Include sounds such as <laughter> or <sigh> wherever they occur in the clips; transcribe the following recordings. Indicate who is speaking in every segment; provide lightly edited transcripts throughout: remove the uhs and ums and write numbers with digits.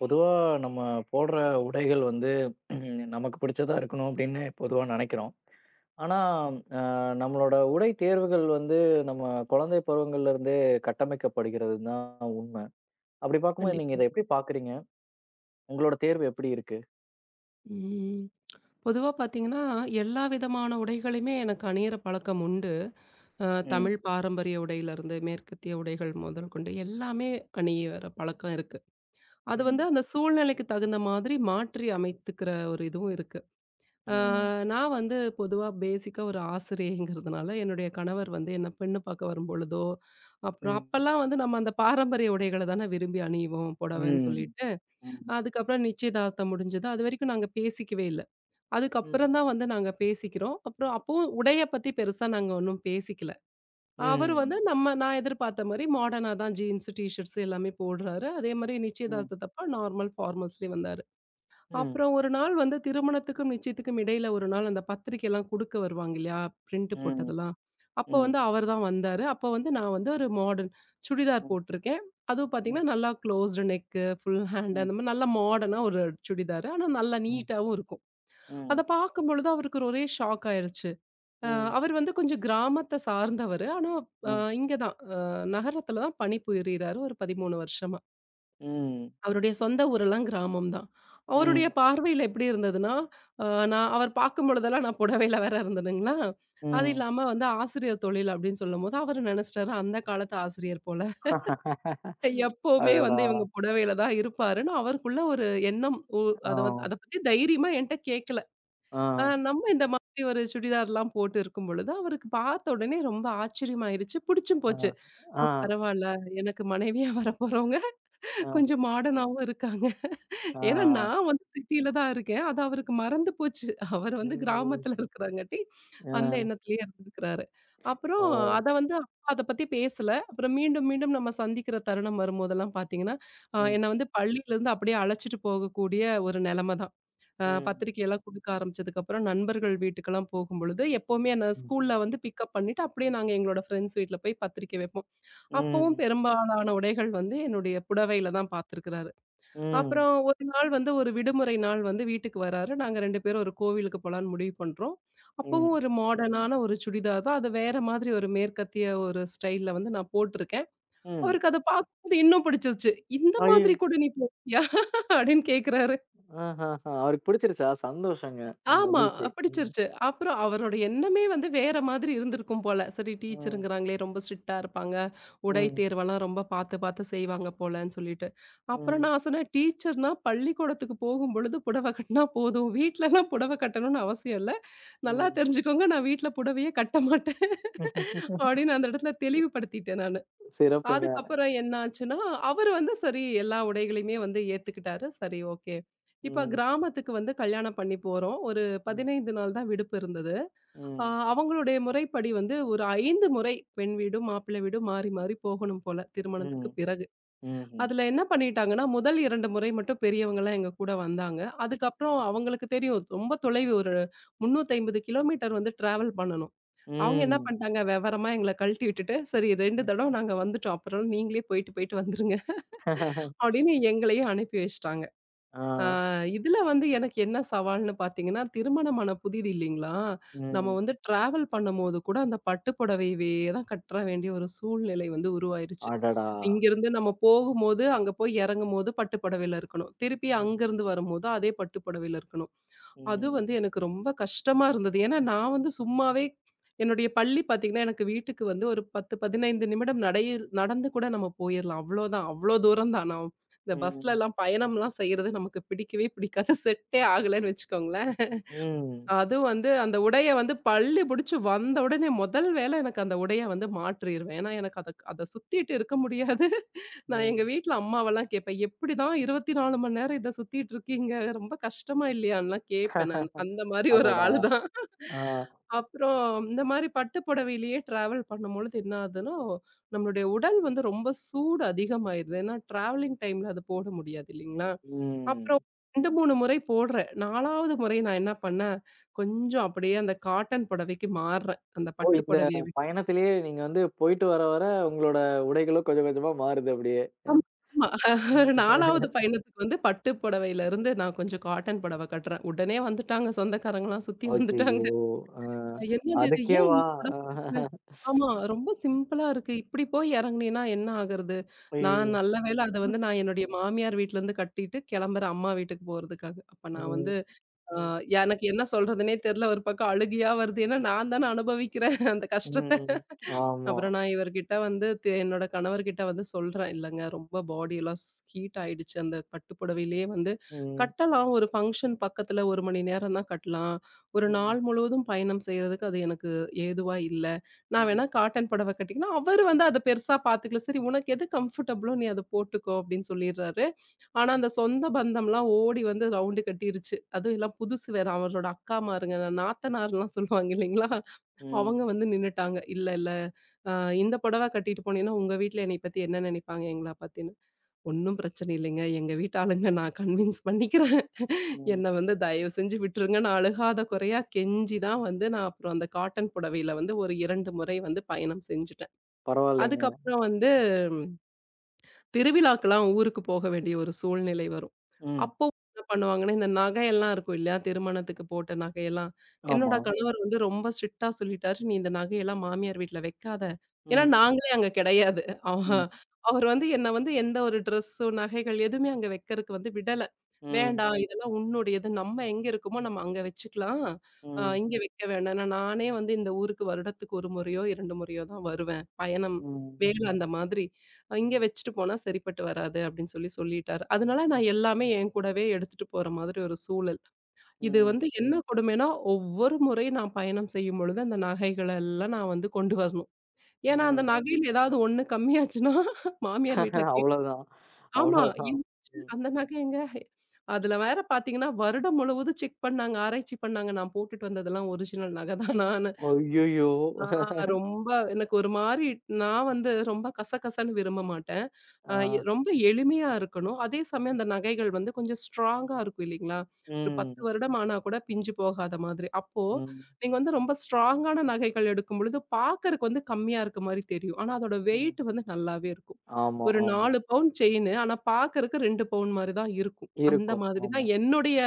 Speaker 1: பொதுவா நம்ம போடுற உடைகள் வந்து <clears throat> நமக்கு பிடிச்சதா இருக்கணும் அப்படின்னு பொதுவா நினைக்கிறோம். ஆனா, அ நம்மளோட உடை தேர்வுகள் வந்து நம்ம குழந்தை பருவங்கள்ல இருந்தே கட்டமைக்கப்படுகிறதுன்னு தான் உண்மை. அப்படி பார்க்கும்போது நீங்க
Speaker 2: கண்டிப்பா.
Speaker 1: இத எப்படி பார்க்குறீங்க? உங்களோட தேர்வு எப்படி இருக்கு?
Speaker 2: ம். பொதுவா பார்த்தீங்கன்னா, எல்லா விதமான உடைகளையுமே எனக்கு அணியிற பழக்கம் உண்டு. அ
Speaker 1: ம்,
Speaker 2: தமிழ் பாரம்பரிய உடையிலிருந்து, மேற்கத்திய உடைகள் முதல் கொண்டு எல்லாமே அணியிற பழக்கம் இருக்கு. அது வந்து
Speaker 1: ம்,
Speaker 2: அந்த சூழ்நிலைக்கு தகுந்த மாதிரி மாற்றி அமைத்துக்கிற ஒரு இதுவும் இருக்கு. அ
Speaker 1: ம்,
Speaker 2: நான் வந்து பொதுவா பேசிக்கா ஒரு ஆசிரியைங்கிறதுனால, என்னுடைய கணவர் வந்து என்ன பெண்ணு பார்க்க வரும்பொழுதோ, அப்புறம்
Speaker 1: ம்,
Speaker 2: அப்பல்லாம் வந்து நம்ம அந்த பாரம்பரிய உடைகள தானே விரும்பி அணிவோம்,
Speaker 1: ம்,
Speaker 2: புடவைன்னு
Speaker 1: ம்,
Speaker 2: சொல்லிட்டு. அதுக்கப்புறம் நிச்சயதார்த்தம் முடிஞ்சது. அதுவரைக்கும் நாங்க பேசிக்கவே இல்ல.
Speaker 1: ம்,
Speaker 2: அதுக்கப்புறம் தான் வந்து நாங்க பேசிக்கிறோம். அப்புறம் அப்பவும் உடைய பத்தி பெருசா நாங்க ஒண்ணும் பேசிக்கல. அவரு வந்து
Speaker 1: ம்,
Speaker 2: நான் எதிர்பார்த்த மாரி மாடர்னா தான் ஜீன்ஸ், டீ ஷர்ட்ஸ் எல்லாமே போடுறாரு. அதே மாரி
Speaker 1: ம்,
Speaker 2: நிச்சயதார்த்தத்தப்ப நார்மல் ஃபார்மல்ஸ்லயே வந்தாரு.
Speaker 1: ம், ம்,
Speaker 2: அப்புறம் ஒரு நாள் வந்து திருமணத்துக்கும், நிச்சயத்துக்கும் இடையில ஒரு நாள் அந்த பத்திரிக்கைலாம் குடுக்க வருவாங்க இல்லையா? பிரிண்ட்
Speaker 1: ம்,
Speaker 2: போட்டதெல்லாம். அப்ப
Speaker 1: ம்,
Speaker 2: வந்து அவர் தான் வந்தாரு. அப்ப வந்து நான் வந்து ஒரு மாடர்ன் சுடிதார்
Speaker 1: ம்,
Speaker 2: போட்டிருக்கேன். அதுவும்
Speaker 1: ம்,
Speaker 2: பார்த்தீங்கன்னா, நல்லா க்ளோஸ்டு நெக்கு, ஃபுல் ஹேண்ட்
Speaker 1: ம்,
Speaker 2: அந்த மாரி நல்லா மாடர்னா ஒரு சுடிதாரு. ஆனா நல்லா நீட்டாவும் இருக்கும். அத
Speaker 1: ம்,
Speaker 2: பார்க்கும்பொழுது அவருக்கு ஒரே ஷாக் ஆயிருச்சு. அ அவர் வந்து கொஞ்சம் கிராமத்த சார்ந்தவரு. ஆனா அ
Speaker 1: ம்,
Speaker 2: இங்க தான் நகரத்துல தான் பணிபுரியிறாரு ஒரு 13 வருஷமா.
Speaker 1: ம்,
Speaker 2: அவருடைய சொந்த ஊரெல்லாம் கிராமம் தான். அவருடைய
Speaker 1: ம்,
Speaker 2: பார்வையில எப்படி இருந்ததுன்னா, அ நான் அவர் பார்க்கும்பொழுதெல்லாம் நான் புடவையில வேற இருந்தேனுங்களா, அது
Speaker 1: ம்.
Speaker 2: இல்லாம வந்து ஆசிரியர் தொழில் அப்படின்னு சொல்லும்போது அவரு நெனச்சுட்டாரு அந்த காலத்து ஆசிரியர் போல. எப்பவுமே வந்து
Speaker 1: அடடா!
Speaker 2: இவங்க
Speaker 1: <laughs>
Speaker 2: புடவையில தான் இருப்பாருன்னு அவருக்குள்ள ஒரு எண்ணம். அத வந்து அத
Speaker 1: آه،
Speaker 2: பத்தி தைரியமா என்ட்ட கேட்கல. ஆ
Speaker 1: آه،
Speaker 2: நம்ம இந்த மாதிரி ஒரு சுடிதார்லாம் போட்டு இருக்கும் பொழுது, அவருக்கு பார்த்த உடனே ரொம்ப ஆச்சரியமாயிருச்சு. புடிச்சும் போச்சு.
Speaker 1: آه، آه،
Speaker 2: பரவால்ல, எனக்கு மனைவியா வரப்போறவங்க
Speaker 1: آه،
Speaker 2: கொஞ்சம் மாடர்னாவும் இருக்காங்க. ஏன்னா
Speaker 1: آه،
Speaker 2: நான் வந்து சிட்டியில தான் இருக்கேன். அது அவருக்கு மறந்து போச்சு. அவர் வந்து
Speaker 1: హ్మ్.
Speaker 2: கிராமத்துல இருக்கிறங்காட்டி, அந்த
Speaker 1: ఆ!
Speaker 2: எண்ணத்திலேயே இருந்திருக்கிறாரு. அப்புறம்
Speaker 1: ఓహ్!
Speaker 2: அத வந்து அப்பா அத பத்தி பேசல. அப்புறம் மீண்டும், மீண்டும் நம்ம சந்திக்கிற தருணம் வரும்போதெல்லாம் பார்த்தீங்கன்னா,
Speaker 1: హ్మ్.
Speaker 2: என்ன வந்து பள்ளியிலேருந்து அப்படியே அழைச்சிட்டு போகக்கூடிய ஒரு நிலைமை தான்.
Speaker 1: హ్మ్.
Speaker 2: பத்திரிக்கையெல்லாம் குடுக்க ஆரம்பிச்சதுக்கப்புறம் நண்பர்கள் வீட்டுக்கெல்லாம் போகும்பொழுது, எப்பவுமே என்ன
Speaker 1: ம்.
Speaker 2: ஸ்கூல்ல வந்து பிக்கப் பண்ணிட்டு, அப்படியே நாங்க எங்களோட ஃப்ரெண்ட்ஸ் வீட்ல போய் பத்திரிக்கை வைப்போம். அப்பவும்
Speaker 1: ம்.
Speaker 2: பெரும்பாலான உடைகள் வந்து என்னுடைய புடவையில தான் பார்த்திருக்கிறாரு.
Speaker 1: ம்.
Speaker 2: அப்புறம் ஒரு நாள் வந்து ஒரு விடுமுறை நாள் வந்து வீட்டுக்கு வராரு. நாங்க 2 பேரும் ஒரு கோவிலுக்கு போலான்னு முடிவு பண்றோம்.
Speaker 1: ம்.
Speaker 2: அப்பவும் ஒரு மாடர்னான ஒரு சுடிதார் தான். அது வேற மாதிரி ஒரு மேற்கத்திய ஒரு ஸ்டைல்ல வந்து நான் போட்டிருக்கேன்.
Speaker 1: ம்.
Speaker 2: அவருக்கு அத பார்க்கும்போது இன்னும் பிடிச்சிருச்சு. "இந்த
Speaker 1: ஐயோ!
Speaker 2: மாதிரி கூட நீ போட்டியா?" அப்படின்னு கேட்கிறாரு.
Speaker 1: ஆஹாஹா! அவருக்கு பிடிச்சிருச்சா? சந்தோஷங்க.
Speaker 2: ஆமா.
Speaker 1: மகிழ்ச்சி. ம்.
Speaker 2: பிடிச்சிருச்சு. அப்புறம் அவரோட எண்ணமே வந்து வேற மாதிரி இருந்திருக்கும் போல. சரி
Speaker 1: ம்.
Speaker 2: டீச்சருங்கிறாங்களே ரொம்ப ஸ்ட்ரிக்ட்டா இருப்பாங்க. உடை
Speaker 1: ம்.
Speaker 2: தேர்வெல்லாம் ரொம்ப பார்த்து பார்த்து செய்வாங்க போலன்னு சொல்லிட்டு. அப்புறம்
Speaker 1: ம்.
Speaker 2: நான் சொன்னேன், "டீச்சர்னா பள்ளிக்கூடத்துக்கு போகும்பொழுது புடவ கட்டினா போதும். வீட்லலாம் புடவ கட்டணும்னு அவசியம் இல்ல. நல்லா
Speaker 1: ம்.
Speaker 2: தெரிஞ்சுக்கோங்க நான் வீட்ல புடவையே கட்ட மாட்டேன்." அப்படின்னு அந்த இடத்துல தெளிவுபடுத்திட்டேன் நானு.
Speaker 1: சிறப்புங்க.
Speaker 2: அதுக்கப்புறம் என்ன ஆச்சுன்னா, அவரு வந்து சரி எல்லா உடைகளையுமே வந்து ஏத்துக்கிட்டாரு. சரி ஓகே. இப்ப
Speaker 1: ம்.
Speaker 2: கிராமத்துக்கு வந்து கல்யாணம் பண்ணி போறோம். ஒரு
Speaker 1: ம்.
Speaker 2: 15 நாள் தான் விடுப்பு இருந்தது. அ
Speaker 1: ம்.
Speaker 2: அவங்களுடைய முறைப்படி வந்து ஒரு 5 முறை பெண் வீடும், மாப்பிள்ளை வீடும் மாறி மாறி போகணும் போல திருமணத்துக்கு
Speaker 1: ம்.
Speaker 2: பிறகு.
Speaker 1: ம்ஹ்ம்.
Speaker 2: அதுல என்ன பண்ணிட்டாங்கன்னா, முதல் 2 முறை மட்டும் பெரியவங்கலாம் எங்க கூட வந்தாங்க. அதுக்கப்புறம் அவங்களுக்கு தெரியும் ரொம்ப தொலைவு ஒரு 350 கிலோமீட்டர் வந்து டிராவல் பண்ணணும். அவங்க என்ன
Speaker 1: ம்.
Speaker 2: பண்ணிட்டாங்க, விவரமா எங்கள கழட்டி விட்டுட்டு, "சரி 2
Speaker 1: ம்.
Speaker 2: தடவ நாங்க வந்துட்டோம். அப்புறம் நீங்களே போயிட்டு, போயிட்டு வந்துருங்க."
Speaker 1: <laughs>
Speaker 2: அப்படின்னு எங்களையும் அனுப்பி வச்சுட்டாங்க.
Speaker 1: ஆ.
Speaker 2: ஆ இதுல வந்து எனக்கு என்ன சவால்ன்னு பார்த்தீங்கன்னா, திருமணமான புதிது இல்லைங்களா? நம்ம
Speaker 1: ம்.
Speaker 2: வந்து டிராவல் பண்ணும்போது கூட அந்த பட்டு புடவையவே தான் கட்ட வேண்டிய ஒரு சூழ்நிலை வந்து உருவாயிருச்சு.
Speaker 1: அடடா!
Speaker 2: இங்கிருந்து நம்ம போகும்போது, அங்க போய் இறங்கும்போது பட்டு புடவையில இருக்கணும். திருப்பி
Speaker 1: ம்.
Speaker 2: அங்கிருந்து வரும்போது அதே பட்டு புடவையில இருக்கணும். அது
Speaker 1: ம்.
Speaker 2: வந்து எனக்கு ரொம்ப கஷ்டமா இருந்தது. ஏன்னா, நான் வந்து சும்மாவே என்னுடைய பள்ளி பார்த்தீங்கன்னா, எனக்கு வீட்டுக்கு வந்து ஒரு 10, 15 நிமிடம் நடையில் நடந்து கூட நம்ம போயிரலாம். அவ்வளோதான். அவ்வளோ தூரம் தான். நான் இந்த
Speaker 1: ம்.
Speaker 2: பஸ்லலாம் பயணம்லாம் செய்றது நமக்கு பிடிக்கவே பிடிக்காது. செட்டே ஆகலன்னு வச்சுக்கோங்களேன்.
Speaker 1: ம்.
Speaker 2: அதுவும் வந்து அந்த உடைய வந்து பள்ளி புடிச்சு வந்த உடனே முதல் வேலை எனக்கு அந்த உடைய வந்து மாற்றிருவேன். ஏன்னா எனக்கு அத அத சுத்திட்டு இருக்க முடியாது. நான் எங்க
Speaker 1: ம்.
Speaker 2: வீட்ல அம்மாவெல்லாம் கேட்பேன். "எப்படிதான் 24 மணி நேரம் இத சுத்திட்டு இருக்கீங்க? ரொம்ப கஷ்டமா இல்லையான்லாம்?" கேட்பேன் நான். அந்த மாரி ஒரு
Speaker 1: அடடா!
Speaker 2: ஆளு தான்.
Speaker 1: ஆ.
Speaker 2: அப்புறம் இந்த மாரி பட்டு புடவையிலேயே டிராவல் பண்ணும்பொழுது என்ன ஆகுதுன்னா, நம்மளுடைய உடல் வந்து ரொம்ப சூடு அதிகமாயிருது. ஏன்னா டிராவலிங் டைம்ல அது போட முடியாது இல்லைங்களா?
Speaker 1: ம்.
Speaker 2: அப்புறம் 2, 3 முறை போடுறேன். 4வது முறை நான் என்ன பண்ணேன் கொஞ்சம் அப்படியே அந்த காட்டன் புடவைக்கு மாறுறேன். அந்த
Speaker 1: ஓ!
Speaker 2: பட்டு
Speaker 1: இந்த
Speaker 2: புடவைய
Speaker 1: பயணத்திலேயே நீங்க வந்து போயிட்டு வர, வர உங்களோட உடைகளும் கொஞ்சம் கொஞ்சமா மாறுது அப்படியே. அ.
Speaker 2: ஆமா. ஆமா. <laughs> ஒரு 4வது பயணத்துக்கு வந்து பட்டு புடவையிலருந்து நான் கொஞ்சம் காட்டன் புடவ கட்டுறேன். உடனே வந்துட்டாங்க சொந்தக்காரங்கலாம் சுத்தி வந்துட்டாங்க.
Speaker 1: ஐயய்யோ! ஆ.
Speaker 2: "என்னது இது? ஏன்
Speaker 1: அதுக்கேவா?
Speaker 2: இந்த புடவ கட்டுற?" ஆமா. "ரொம்ப சிம்பிளா இருக்கு. இப்படி போய் இறங்குனீன்னா என்ன ஆகுறது?"
Speaker 1: ஐயோ!
Speaker 2: நான் நல்ல வேள அத வந்து நான் என்னுடைய மாமியார் வீட்லருந்து கட்டிட்டு கிளம்புறேன் அம்மா வீட்டுக்கு போறதுக்காக. அப்ப நான்
Speaker 1: ம்.
Speaker 2: வந்து அ
Speaker 1: ம்.
Speaker 2: எனக்கு என்ன சொல்றதுன்னே தெரியல. ஒரு பக்கம் அழுகையா வருது. ஏன்னா நான் தானே அனுபவிக்கிறேன் அந்த
Speaker 1: ம்.
Speaker 2: கஷ்டத்த.
Speaker 1: ம். ஆமா.
Speaker 2: அப்புறம் நான் இவர்கிட்ட வந்து என்னோட கணவர்கிட்ட வந்து சொல்றேன், "இல்லங்க ரொம்ப பாடியெல்லாம் ஹீட் ஆயிடுச்சு. அந்த பட்டு புடவையிலேயே வந்து
Speaker 1: ம்.
Speaker 2: கட்டலாம். ஒரு ஃபங்ஷன் பக்கத்துல 1 மணி நேரம் தான் கட்டலாம். ஒரு நாள்
Speaker 1: ம்.
Speaker 2: முழுவதும் பயணம் செய்றதுக்கு அது எனக்கு ஏதுவா இல்ல. நான்
Speaker 1: ம்.
Speaker 2: வேணா காட்டன் புடவை கட்டிக்கினா" அவரு வந்து அத பெருசா பாத்துக்கல. "சரி உனக்கு எது கம்ஃபர்டபுளோ நீ அத போட்டுக்கோ" அப்படின்னு சொல்லிடுறாரு. ஆனா, அந்த சொந்த பந்தம்லாம் ஓடி வந்து ரவுண்டு கட்டிருச்சு. அதுவும் எல்லாம் புதுசு வேற. அவரோட அக்காமாருங்க, நாத்தனார்லாம் சொல்லுவாங்க இல்லைங்களா?
Speaker 1: ம்.
Speaker 2: அவங்க வந்து நின்னுட்டாங்க. "இல்ல, இல்ல அ இந்த புடவ கட்டிட்டு போனீன்னா, உங்க வீட்ல என்னைய பத்தி என்ன நினைப்பாங்க? எங்கள பத்தின்னு." "ஒண்ணும் பிரச்சனை இல்லைங்க. எங்க வீட்டு ஆளுங்க நான் கன்வின்ஸ் பண்ணிக்கிறேன்.
Speaker 1: ம்.
Speaker 2: என்ன வந்து தயவு செஞ்சு விட்டுருங்கன்னு" அழுகாத குறையா கெஞ்சி தான் வந்து நான் அப்புறம் அந்த காட்டன் புடவையில வந்து ஒரு 2 முறை வந்து பயணம் செஞ்சுட்டேன்.
Speaker 1: பரவாயில்லைங்க.
Speaker 2: அதுக்கப்புறம் வந்து திருவிழாக்கெல்லாம் ஊருக்கு போக வேண்டிய ஒரு சூழ்நிலை வரும்.
Speaker 1: ம்.
Speaker 2: அப்போ என்ன பண்ணுவாங்கன்னா, இந்த நகையெல்லாம் இருக்கும் இல்லையா? திருமணத்துக்கு போட்ட நகையெல்லாம். என்னோட
Speaker 1: ஆமா.
Speaker 2: கணவர் வந்து ரொம்ப ஸ்ட்ரிக்ட்டா சொல்லிட்டாரு, "நீ இந்த நகையெல்லாம் மாமியார் வீட்ல வைக்காத." ஏன்னா
Speaker 1: ம்.
Speaker 2: நாங்களே அங்க கிடையாது. அவ
Speaker 1: ம்.
Speaker 2: அவர் வந்து என்ன வந்து எந்த ஒரு ட்ரெஸ்ஸோ, நகைகள் எதுவுமே அங்க வைக்கிறதுக்கு வந்து விடல.
Speaker 1: ம்.
Speaker 2: "வேண்டாம், இதெல்லாம் உன்னுடையது. நம்ம எங்க இருக்கோமோ நம்ம அங்க வச்சுக்கலாம்.
Speaker 1: ம்.
Speaker 2: இங்க வைக்க வேண்டாம். ஏன்னா நானே வந்து இந்த ஊருக்கு வருடத்துக்கு 1 முறையோ, 2 முறையோ தான் வருவேன். பயணம்,
Speaker 1: ம்.
Speaker 2: வேலை அந்த மாதிரி. இங்க வச்சுட்டு போனா சரிப்பட்டு வராது அப்படின்னு சொல்லி சொல்லிட்டாரு. அதனால நான் எல்லாமே என் கூடவே எடுத்துட்டு போற மாதிரி ஒரு சூழல். இது வந்து
Speaker 1: ம்.
Speaker 2: என்ன கொடுமைன்னா, ஒவ்வொரு முறை நான் பயணம் செய்யும் பொழுது அந்த நகைகள எல்லாம் நான் வந்து கொண்டு வரணும். ஏன்னா அந்த
Speaker 1: ம்.
Speaker 2: நகையில ஏதாவது ஒண்ணு கம்மியாச்சுன்னா மாமியார் வீட்ல
Speaker 1: அவ்வளோதான்.
Speaker 2: ஆமா.
Speaker 1: அவ்வளோதான்.
Speaker 2: என்னாச்சு
Speaker 1: ம்.
Speaker 2: அந்த நகை எங்க? அதுல வேற பார்த்தீங்கன்னா, வருடம் முழுவதும் செக் பண்ணாங்க, ஆராய்ச்சி பண்ணாங்க. நான் போட்டுட்டு வந்ததெல்லாம் ஒரிஜினல் நகை தானான்னு.
Speaker 1: ஐயய்யோ!
Speaker 2: ஆ ரொம்ப எனக்கு ஒரு மாரி நான் வந்து ரொம்ப கசகசன்னு விரும்ப மாட்டேன். அ
Speaker 1: ஆ.
Speaker 2: எ ரொம்ப எளிமையா இருக்கணும். அதே சமயம் அந்த நகைகள் வந்து கொஞ்சம் ஸ்ட்ராங்கா இருக்கும் இல்லைங்களா? ஒரு 10
Speaker 1: ம்.
Speaker 2: வருடம் ஆனா கூட பிஞ்சு போகாத மாதிரி. அப்போ
Speaker 1: ம்.
Speaker 2: நீங்க வந்து ரொம்ப ஸ்ட்ராங்கான நகைகள் எடுக்கும் பொழுது பார்க்கறக்கு வந்து கம்மியா இருக்க மாரி தெரியும். ஆனா அதோட
Speaker 1: ம்.
Speaker 2: வெயிட் வந்து நல்லாவே இருக்கும்.
Speaker 1: ஆமா,
Speaker 2: ஒரு
Speaker 1: ஆமா.
Speaker 2: 4 பவுண்ட் செயினு ஆனா பார்க்கறக்கு 2 பவுண்ட் மாரி தான் இருக்கும். அந்த
Speaker 1: இருக்கும்.
Speaker 2: மாதிரி தான்
Speaker 1: ஆமா.
Speaker 2: என்னுடைய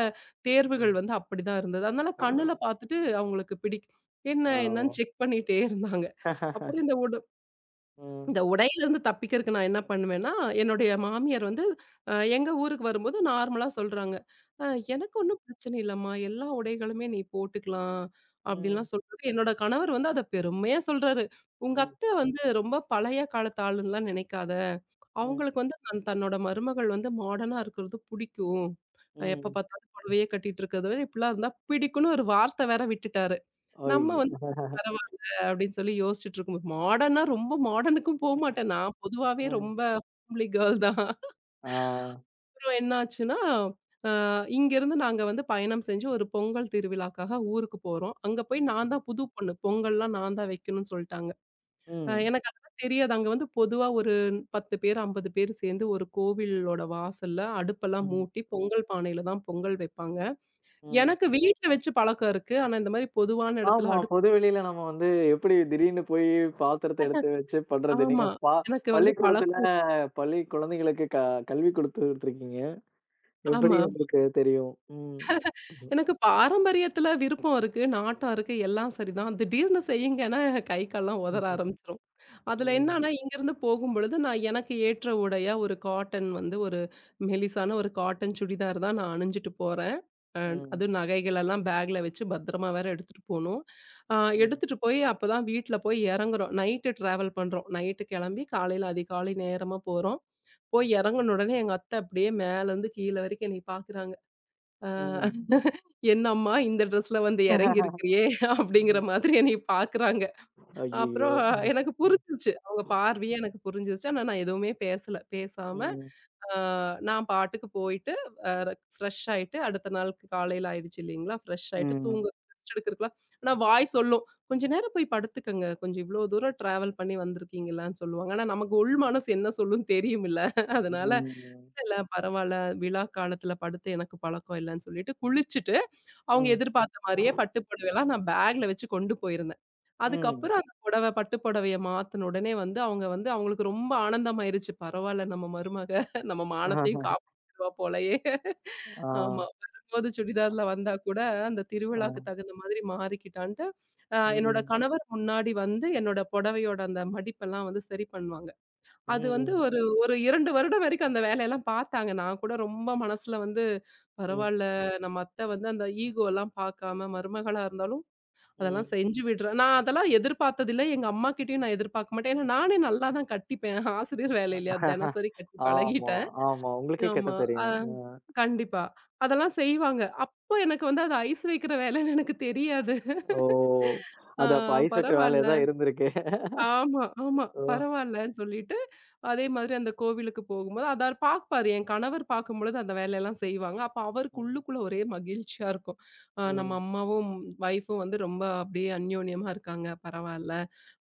Speaker 2: தேர்வுகள்
Speaker 1: ம்.
Speaker 2: வந்து அப்படிதான் இருந்தது. அதனால கண்ணுல பார்த்துட்டு அவங்களுக்கு பிடிக்கல. என்ன என்னன்னு
Speaker 1: ஓ!
Speaker 2: செக் பண்ணிட்டே இருந்தாங்க.
Speaker 1: <laughs>
Speaker 2: அப்புறம் இந்த
Speaker 1: ம்.
Speaker 2: இந்த உடையிலருந்து தப்பிக்கிறதுக்கு நான் என்ன பண்ணுவேன்னா, என்னுடைய மாமியார் வந்து எங்க ஊருக்கு வரும்போது நார்மலா சொல்றாங்க. "அ எனக்கு ஒண்ணும் பிரச்சனை இல்லம்மா. எல்லா உடைகளுமே நீ போட்டுக்கலாம்."
Speaker 1: ம்.
Speaker 2: அப்படின்லாம் சொல்றாரு. என்னோட கணவர் வந்து அத பெருமையா சொல்றாரு. "உங்க
Speaker 1: ம்.
Speaker 2: அத்தை வந்து ரொம்ப பழைய காலத்து ஆளுன்னுலாம் நினைக்காத.
Speaker 1: ம்.
Speaker 2: அவங்களுக்கு வந்து தன்னோட மருமகள் வந்து மாடர்னா இருக்கிறது புடிக்கும். எப்ப
Speaker 1: ம்.
Speaker 2: பார்த்தாலும் புடவையே கட்டிட்டு இருக்கிறத விட இப்படிலாம் இருந்தா பிடிக்கும்னு ஒரு வார்த்தை வேற விட்டுட்டாரு. நம்ம
Speaker 1: ஐயோ!
Speaker 2: வந்து சரி
Speaker 1: <laughs>
Speaker 2: பரவால்ல அப்படின்னு சொல்லி யோசிச்சுட்டு இருக்கும்போது, மாடர்னா ரொம்ப மாடர்னுக்கும் போமாட்டேன். நான் பொதுவாவே
Speaker 1: ம்.
Speaker 2: ரொம்ப ஹோம்லி கேர்ள் தான்.
Speaker 1: ஆ.
Speaker 2: அப்புறம் என்னாச்சுன்னா, அ இங்கேருந்து நாங்க வந்து பயணம் செஞ்சு ஒரு பொங்கல் திருவிழாக்காக ஊருக்கு போறோம். அங்க போய் நான் தான் புது பொண்ணு. பொங்கல்லாம் நான் தான் வைக்கணும்னு சொல்ட்டாங்க.
Speaker 1: ம்.
Speaker 2: எனக்கு அதெல்லாம் தெரியாது. அங்க வந்து பொதுவா ஒரு 10 பேர், 50 பேர் சேர்ந்து ஒரு கோவிலோட வாசல்ல அடுப்பெல்லாம்
Speaker 1: ம்.
Speaker 2: மூட்டி, பொங்கல் பானையில தான் பொங்கல் வைப்பாங்க.
Speaker 1: ம்.
Speaker 2: எனக்கு வீட்ல வச்சு பழக்கம் இருக்கு. ஆனா இந்த மாரி பொதுவான இடத்துல
Speaker 1: ஆமா. பொது வெளியில நம்ம வந்து எப்படி திடீர்னு போய் பாத்திரத்த
Speaker 2: <laughs>
Speaker 1: எடுத்து வச்சு பண்றது? நீங்க
Speaker 2: ஆமா.
Speaker 1: பா
Speaker 2: எனக்கு வந்து
Speaker 1: பள்ளிக்கூடத்துல
Speaker 2: பழக்கம்
Speaker 1: பள்ளி குழந்தைகளுக்கு கல்வி குடுத்துட்டுருக்கீங்க. எப்படி
Speaker 2: ஆமா.
Speaker 1: உங்களுக்கு தெரியும்? ம்.
Speaker 2: எனக்கு பாரம்பரியத்துல விருப்பம் இருக்கு, நாட்டம் இருக்கு, எல்லாம் சரிதான். திடீர்னு செய்யுங்கன்னா கை, கால்லாம் உதற
Speaker 1: ம்.
Speaker 2: ஆரம்பிச்சுரும். அதுல
Speaker 1: ம்.
Speaker 2: என்னன்னா, இங்கேருந்து போகும்பொழுது நான் எனக்கு ஏற்ற உடையா ஒரு காட்டன் வந்து ஒரு மெலிசான ஒரு காட்டன் சுடிதார் தான் நான் அணிஞ்சுட்டு போறேன். அ
Speaker 1: ம்.
Speaker 2: அதுவும் நகைகளெல்லாம் பேக்ல வச்சு பத்திரமா வேற எடுத்துட்டு போணும். அ
Speaker 1: ம்.
Speaker 2: எடுத்துட்டு போய் அப்பதான் வீட்ல போய் இறங்குறோம். நைட்டு டிராவல் பண்றோம். நைட்டு கிளம்பி காலையில அதிகாலை நேரமா போறோம். போய் இறங்குன உடனே எங்க அத்தை அப்படியே மேலேருந்து கீழ வரைக்கும் என்னைய பார்க்குறாங்க. அ
Speaker 1: ம்.
Speaker 2: "என்னம்மா இந்த ட்ரெஸ்ல வந்து
Speaker 1: <laughs>
Speaker 2: இறங்கியிருக்கிறியே" அப்படிங்கிற
Speaker 1: ம்.
Speaker 2: மாதிரி என்னைய பார்க்குறாங்க.
Speaker 1: ஐயையோ!
Speaker 2: அப்புறம்
Speaker 1: ம்.
Speaker 2: எனக்கு புரிஞ்சிருச்சு. அவங்க பார்வையே எனக்கு புரிஞ்சிருச்சு. ஆனா நான் எதுவுமே பேசல. பேசாம
Speaker 1: ம்.
Speaker 2: ஆ, நான் பாட்டுக்கு போயிட்டு, அ ஃப்ரெஷ் ஆயிட்டு, அடுத்த நாளுக்கு காலையில ஆயிடுச்சு இல்லைங்களா? ஃப்ரெஷ் ஆயிட்டு
Speaker 1: ம்.
Speaker 2: தூங்க ரெஸ்ட் எடுக்கிறதுக்குலாம் ஆனா வாய் சொல்லும். "கொஞ்ச நேரம் போய் படுத்துக்கங்க. கொஞ்சம் இவ்ளோ தூரம் ட்ராவல் பண்ணி வந்திருக்கீங்களான்னு" சொல்லுவாங்க. ஆனா நமக்கு உள் மனசு என்ன சொல்லும்னு தெரியும்ல. அதனால,
Speaker 1: ம்.
Speaker 2: "இல்ல, இல்ல பரவால்ல. விழா காலத்துல படுத்து எனக்கு பழக்கம் இல்லன்னு" சொல்லிட்டு குளிச்சுட்டு அவங்க
Speaker 1: ம்.
Speaker 2: எதிர்பார்த்த மாரியே பட்டு புடவைலாம் நான் பேக்ல வச்சு கொண்டு போயிருந்தேன்.
Speaker 1: ம்.
Speaker 2: அதுக்கப்புறம் அந்த புடவ பட்டு புடவைய மாத்துன உடனே வந்து அவங்க வந்து அவங்களுக்கு ரொம்ப ஆனந்தமாயிருச்சு. பரவால்ல நம்ம மருமக நம்ம மானத்தையும் காப்பாத்திருவா போலயே.
Speaker 1: ஆ.
Speaker 2: ஆமா. வரும்போது சுடிதார்ல வந்தா கூட அந்த
Speaker 1: ஆ.
Speaker 2: திருவிழாக்கு தகுந்த மாதிரி மாறிக்கிட்டான்ட்டு, என்னோட
Speaker 1: ம்.
Speaker 2: கணவர் முன்னாடி வந்து என்னோட புடவையோட அந்த மடிப்பெல்லாம் வந்து சரி பண்ணுவாங்க. அது வந்து
Speaker 1: ம்.
Speaker 2: ஒரு ஒரு 2 வருடம் வரைக்கும் அந்த வேலையெல்லாம் பார்த்தாங்க. நான் கூட ரொம்ப மனசுல வந்து
Speaker 1: ம்.
Speaker 2: பரவால்ல, நம்ம அத்தை வந்து அந்த ஈகோலாம் பார்க்காம மருமகளா இருந்தாலும், அதெல்லாம்
Speaker 1: ம்.
Speaker 2: செஞ்சு விடுறேன். நான் அதெல்லாம் எதிர்பார்த்ததில்ல. எங்க அம்மாகிட்டயும் நான் எதிர்பார்க்க மாட்டேன். ஏன்னா நானே நல்லா தான் கட்டிப்பேன். ஆசிரியர் வேலை இல்லையா? தினசரி கட்டி
Speaker 1: ஆமா,
Speaker 2: பழகிட்டேன்.
Speaker 1: ஆமா. உங்களுக்கே கட்ட
Speaker 2: ஆமா. அ
Speaker 1: தெரியும். அ.
Speaker 2: கண்டிப்பா. அதெல்லாம் செய்வாங்க. அப்போ எனக்கு வந்து அது ஐஸ் வைக்கிற வேலைன்னு எனக்கு தெரியாது.
Speaker 1: ஓ!
Speaker 2: ஆ
Speaker 1: அது அப்ப ஐஸ் வைக்கிற வேலையா
Speaker 2: பரவால்ல.
Speaker 1: தான் இருந்திருக்கு.
Speaker 2: ஆமா, ஆமா.
Speaker 1: ஓ!
Speaker 2: பரவாயில்லன்னு சொல்லிட்டு, அதே மாதிரி அந்த கோவிலுக்கு போகும்போது, அத பார்ப்பாரு. என் கணவர் பார்க்கும்பொழுது அந்த வேலையெல்லாம் செய்வாங்க. அப்ப அவருக்கு
Speaker 1: ம்.
Speaker 2: உள்ளுக்குள்ள ஒரே மகிழ்ச்சியா இருக்கும். நம்ம
Speaker 1: ம்.
Speaker 2: அம்மாவும், வைஃப்பும் வந்து ரொம்ப அப்படியே அந்யோன்யமா இருக்காங்க. பரவாயில்ல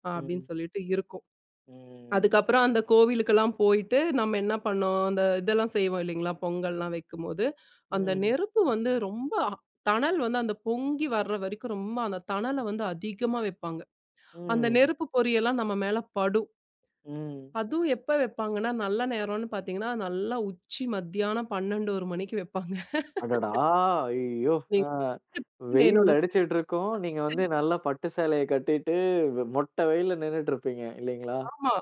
Speaker 2: அப்படின்னு
Speaker 1: ம்.
Speaker 2: சொல்லிட்டு இருக்கும்.
Speaker 1: ம்.
Speaker 2: அதுக்கப்புறம் அந்த கோவிலுக்கெல்லாம் போயிட்டு, நம்ம என்ன பண்ணோம், அந்த இதெல்லாம் செய்வோம் இல்லைங்களா? பொங்கல்லாம் வைக்கும்போது, அந்த
Speaker 1: ம்.
Speaker 2: நெருப்பு வந்து ரொம்ப தணல் வந்து அந்த பொங்கி வர்ற வரைக்கும் ரொம்ப அந்த தணல வந்து அதிகமா வைப்பாங்க. அந்த
Speaker 1: ம்.
Speaker 2: நெருப்பு பொறியெல்லாம் நம்ம மேல படும்.
Speaker 1: ம்.
Speaker 2: அதுவும் எப்ப வைப்பாங்கன்னா, நல்ல நேரம்ன்னு பார்த்தீங்கன்னா, நல்லா உச்சி மத்தியானம் 12, 1 மணிக்கு வைப்பாங்க.
Speaker 1: அடடா! ஐயோ! ஆ.
Speaker 2: நீங்க
Speaker 1: வெயில்
Speaker 2: என்னோட
Speaker 1: அடிச்சிட்டு இருக்கும். நீங்க <laughs> வந்து நல்லா பட்டு சேலைய கட்டிட்டு, மொட்டை வெயில்ல நின்னுட்டு இருப்பீங்க இல்லீங்களா?
Speaker 2: ஆமா.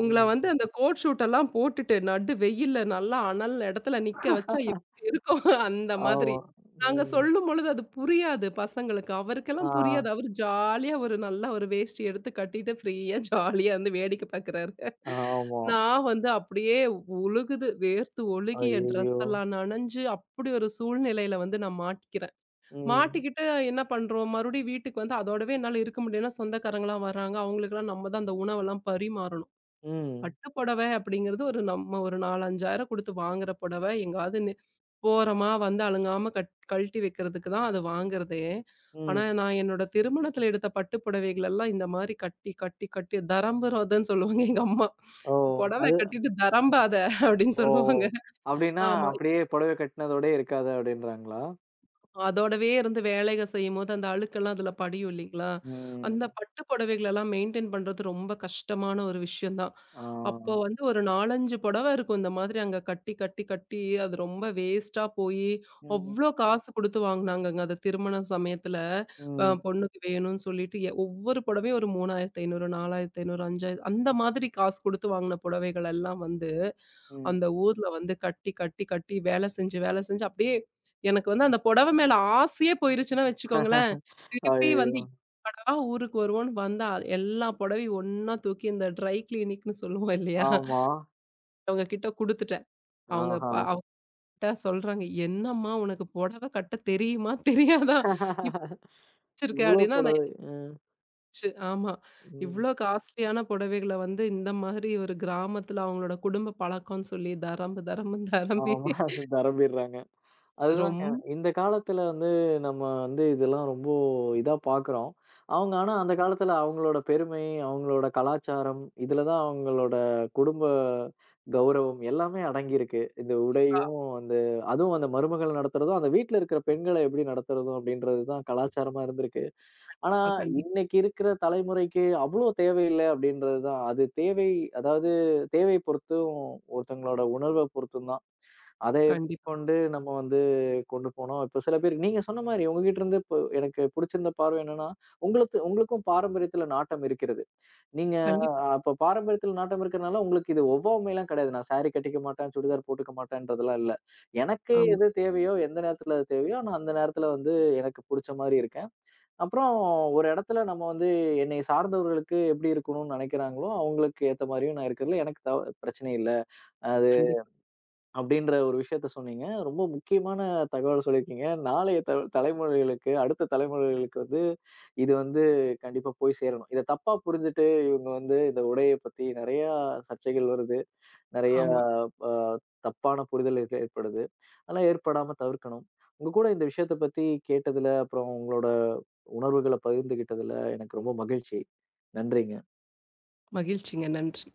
Speaker 2: உங்கள
Speaker 1: ம்.
Speaker 2: வந்து அந்த கோட் ஷூட் எல்லாம் போட்டுட்டு, நடு வெயில்ல நல்லா அனல் இடத்துல நிக்க வச்சா எப்படி இருக்கும்? <laughs> அந்த மாதிரி.
Speaker 1: ஆமா.
Speaker 2: நாங்க
Speaker 1: ம்.
Speaker 2: சொல்லும்பொழுது அது புரியாது பசங்களுக்கு.
Speaker 1: ஆ.
Speaker 2: அவருக்கெல்லாம் புரியாது. அவரு ஜாலியா ஒரு நல்ல ஒரு வேஷ்டி எடுத்து கட்டிட்டு ஃப்ரீயா ஜாலியா வந்து வேடிக்கை பார்க்குறாரு.
Speaker 1: ஆமா.
Speaker 2: நான் வந்து அப்படியே ஒழுகுது. வேர்த்து ஒழுகி என் ட்ரெஸ்
Speaker 1: ஐயய்யோ!
Speaker 2: எல்லாம் நனைஞ்சு, அப்படி ஒரு சூழ்நிலையில வந்து நான் மாட்டிக்கிறேன்.
Speaker 1: ம்.
Speaker 2: மாட்டிக்கிட்டு என்ன பண்றோம், மறுபடியும் வீட்டுக்கு வந்து அதோடவே என்னால இருக்க முடியலன்னா, சொந்தக்காரங்கலாம் வராங்க. அவங்களுக்கெல்லாம் நம்ம தான் அந்த உணவெல்லாம் பரிமாறணும்.
Speaker 1: ம்.
Speaker 2: பட்டு புடவை அப்படிங்கிறது ஒரு நம்ம ஒரு 4, 5,000 குடுத்து வாங்குற புடவை. எங்காவது போறோமா, வந்து அலுங்காம கட் கழட்டி வைக்கிறதுக்கு தான் அது வாங்குறதே. ஆனா,
Speaker 1: ம்.
Speaker 2: நான் என்னோட திருமணத்துல எடுத்த பட்டு புடவைகள் எல்லாம் இந்த மாரி கட்டி, கட்டி, கட்டி தரம்புறதுன்னு சொல்லுவாங்க எங்க அம்மா.
Speaker 1: ஓ!
Speaker 2: "புடவை
Speaker 1: அது
Speaker 2: கட்டிட்டு தரம்பாத" அப்படின்னு
Speaker 1: ஓ!
Speaker 2: சொல்லுவாங்க.
Speaker 1: அப்டின்னா
Speaker 2: ஆமா.
Speaker 1: அப்படியே புடவை கட்டினதோடயே இருக்காது அப்படின்றாங்களா?
Speaker 2: அதோடவே இருந்து வேலைக செய்யும்போது, அந்த அழுக்கெல்லாம் அதில படியும் இல்லீங்களா?
Speaker 1: ம்.
Speaker 2: அந்த பட்டு புடவைகளெல்லாம் மெயின்டெயின் பண்றது ரொம்ப கஷ்டமான ஒரு விஷயம் தான்.
Speaker 1: ஆ.
Speaker 2: அப்போ வந்து ஒரு 4, 5 புடவ இருக்கும். இந்த மாதிரி அங்க கட்டி, கட்டி, கட்டி அது ரொம்ப வேஸ்ட்டா போயி,
Speaker 1: ம்.
Speaker 2: அவ்ளோ காசு குடுத்து வாங்குனாங்கங்க. அது திருமண சமயத்தில
Speaker 1: ம்.
Speaker 2: பொண்ணுக்கு வேணும்னு சொல்லிட்டு, ஒவ்வொரு புடவையும் ஒரு 3,500, 4,500, 5,000 அந்த மாதிரி காசு குடுத்து வாங்குன புடவைகள் எல்லாம் வந்து
Speaker 1: ம்.
Speaker 2: அந்த ஊர்ல வந்து கட்டி, கட்டி, கட்டி வேலை செஞ்சு, வேலை செஞ்சு அப்படியே எனக்கு வந்து அந்த புடவை மேல ஆசையே போயிருச்சுன்னா வச்சுக்கோங்களேன்,
Speaker 1: <laughs>
Speaker 2: திருப்பி வந்து
Speaker 1: ஐயய்யோ!
Speaker 2: எப்படா ஊருக்கு வருவோம்ன்னு வந்தா, எல்லா புடவையும் ஒண்ணா தூக்கி இந்த ட்ரை கிளீனிக்ன்னு சொல்லுவோம் இல்லையா?
Speaker 1: ஆமா.
Speaker 2: அவங்க கிட்ட குடுத்துட்டேன். அவங்க ப
Speaker 1: ஆஹா.
Speaker 2: அவங்ககிட்ட சொல்றாங்க, "என்னம்மா உனக்கு புடவை கட்ட தெரியுமா? தெரியாதா? இப்படி
Speaker 1: <laughs>
Speaker 2: வச்சிருக்க"
Speaker 1: இவ்ளோ
Speaker 2: அப்படின்னா நான்
Speaker 1: புடவை. ம்.
Speaker 2: ச்சு, ஆமா.
Speaker 1: ம்.
Speaker 2: இவ்ளோ காஸ்ட்லியான புடவைகள வந்து இந்த மாதிரி ஒரு கிராமத்துல அவங்களோட குடும்ப பழக்கம்ன்னு சொல்லி தரம்பு, தரம்புன்னு தரம்பி
Speaker 1: ஆமா. தரம்பிடுறாங்க. அதுதாங்க.
Speaker 2: ரொம்ப
Speaker 1: இந்த காலத்துல வந்து நம்ம வந்து இதெல்லாம் ரொம்ப இதா பார்க்குறோம். அவங்க ஆனா அந்த காலத்துல அவங்களோட பெருமை, அவங்களோட கலாச்சாரம், இதுல தான் அவங்களோட குடும்ப கௌரவம் எல்லாமே அடங்கியிருக்கு. இந்த
Speaker 2: கண்டிப்பா,
Speaker 1: உடையும், அந்த அதுவும் அந்த மருமகள் நடத்துறதும், அந்த வீட்ல இருக்கிற பெண்கள எப்படி நடத்துறதும் அப்படின்றது தான் கலாச்சாரமா இருந்திருக்கு. ஆனா
Speaker 2: கண்டிப்பா, கண்டிப்பா,
Speaker 1: இன்னைக்கு இருக்கிற தலைமுறைக்கு அவ்வளோ தேவையில்ல அப்படின்றது தான். அது தேவை, அதாவது தேவை பொறுத்தும் ஒருத்தங்களோட உணர்வ பொறுத்தும் தான். அதை
Speaker 2: கண்டிப்பா,
Speaker 1: கொண்டு நம்ம வந்து கொண்டு போனோம். இப்ப சில பேர் நீங்க சொன்ன மாரி உங்ககிட்ட இருந்து இப்போ எனக்கு பிடிச்சிருந்த பார்வை என்னன்னா, உங்களுக்கும் பாரம்பரியத்துல நாட்டம் இருக்கிறது. நீங்க
Speaker 2: கண்டிப்பா.
Speaker 1: அப்ப பாரம்பரியத்துல நாட்டம் இருக்கிறனால உங்களுக்கு இது ஒவ்வாமைலாம் கிடையாது. நான் சாரி கட்டிக்க மாட்டேன், சுடிதார் போட்டுக்க மாட்டேன்றதெல்லாம் இல்ல. எனக்கு
Speaker 2: ஆமா,
Speaker 1: எது தேவையோ, எந்த நேரத்துல அது தேவையோ, நான் அந்த நேரத்துல வந்து எனக்கு புடிச்ச மாரி இருக்கேன். அப்புறம் ஒரு இடத்துல நம்ம வந்து என்னை சார்ந்தவர்களுக்கு எப்படி இருக்கணும்னு நினைக்கிறாங்களோ, அவங்களுக்கு ஏத்த மாரியும் நான் இருக்கிறதுல எனக்கு பிரச்சனை இல்ல. அ
Speaker 2: கண்டிப்பா.
Speaker 1: அப்படின்ற ஒரு விஷயத்த சொன்னீங்க. ரொம்ப முக்கியமான தகவல் சொல்லியிருக்கீங்க. நாளைய த தலைமுறைகளுக்கு, அடுத்த தலைமுறைகளுக்கு வந்து இது வந்து கண்டிப்பா போய் சேரணும். இத தப்பா புரிஞ்சுட்டு இவங்க வந்து இந்த உடைய பத்தி நெறையா சர்ச்சைகள் வருது. நெறையா
Speaker 2: ஆமா.
Speaker 1: அ தப்பான புரிதல் ஏற்படுது. அதெல்லாம் ஏற்படாம தவிர்க்கணும். உங்க கூட இந்த விஷயத்த பத்தி கேட்டதுல, அப்புறம் உங்களோட உணர்வுகள பகிர்ந்துகிட்டதுல எனக்கு ரொம்ப மகிழ்ச்சி. நன்றிங்க.
Speaker 2: மகிழ்ச்சிங்க. நன்றி.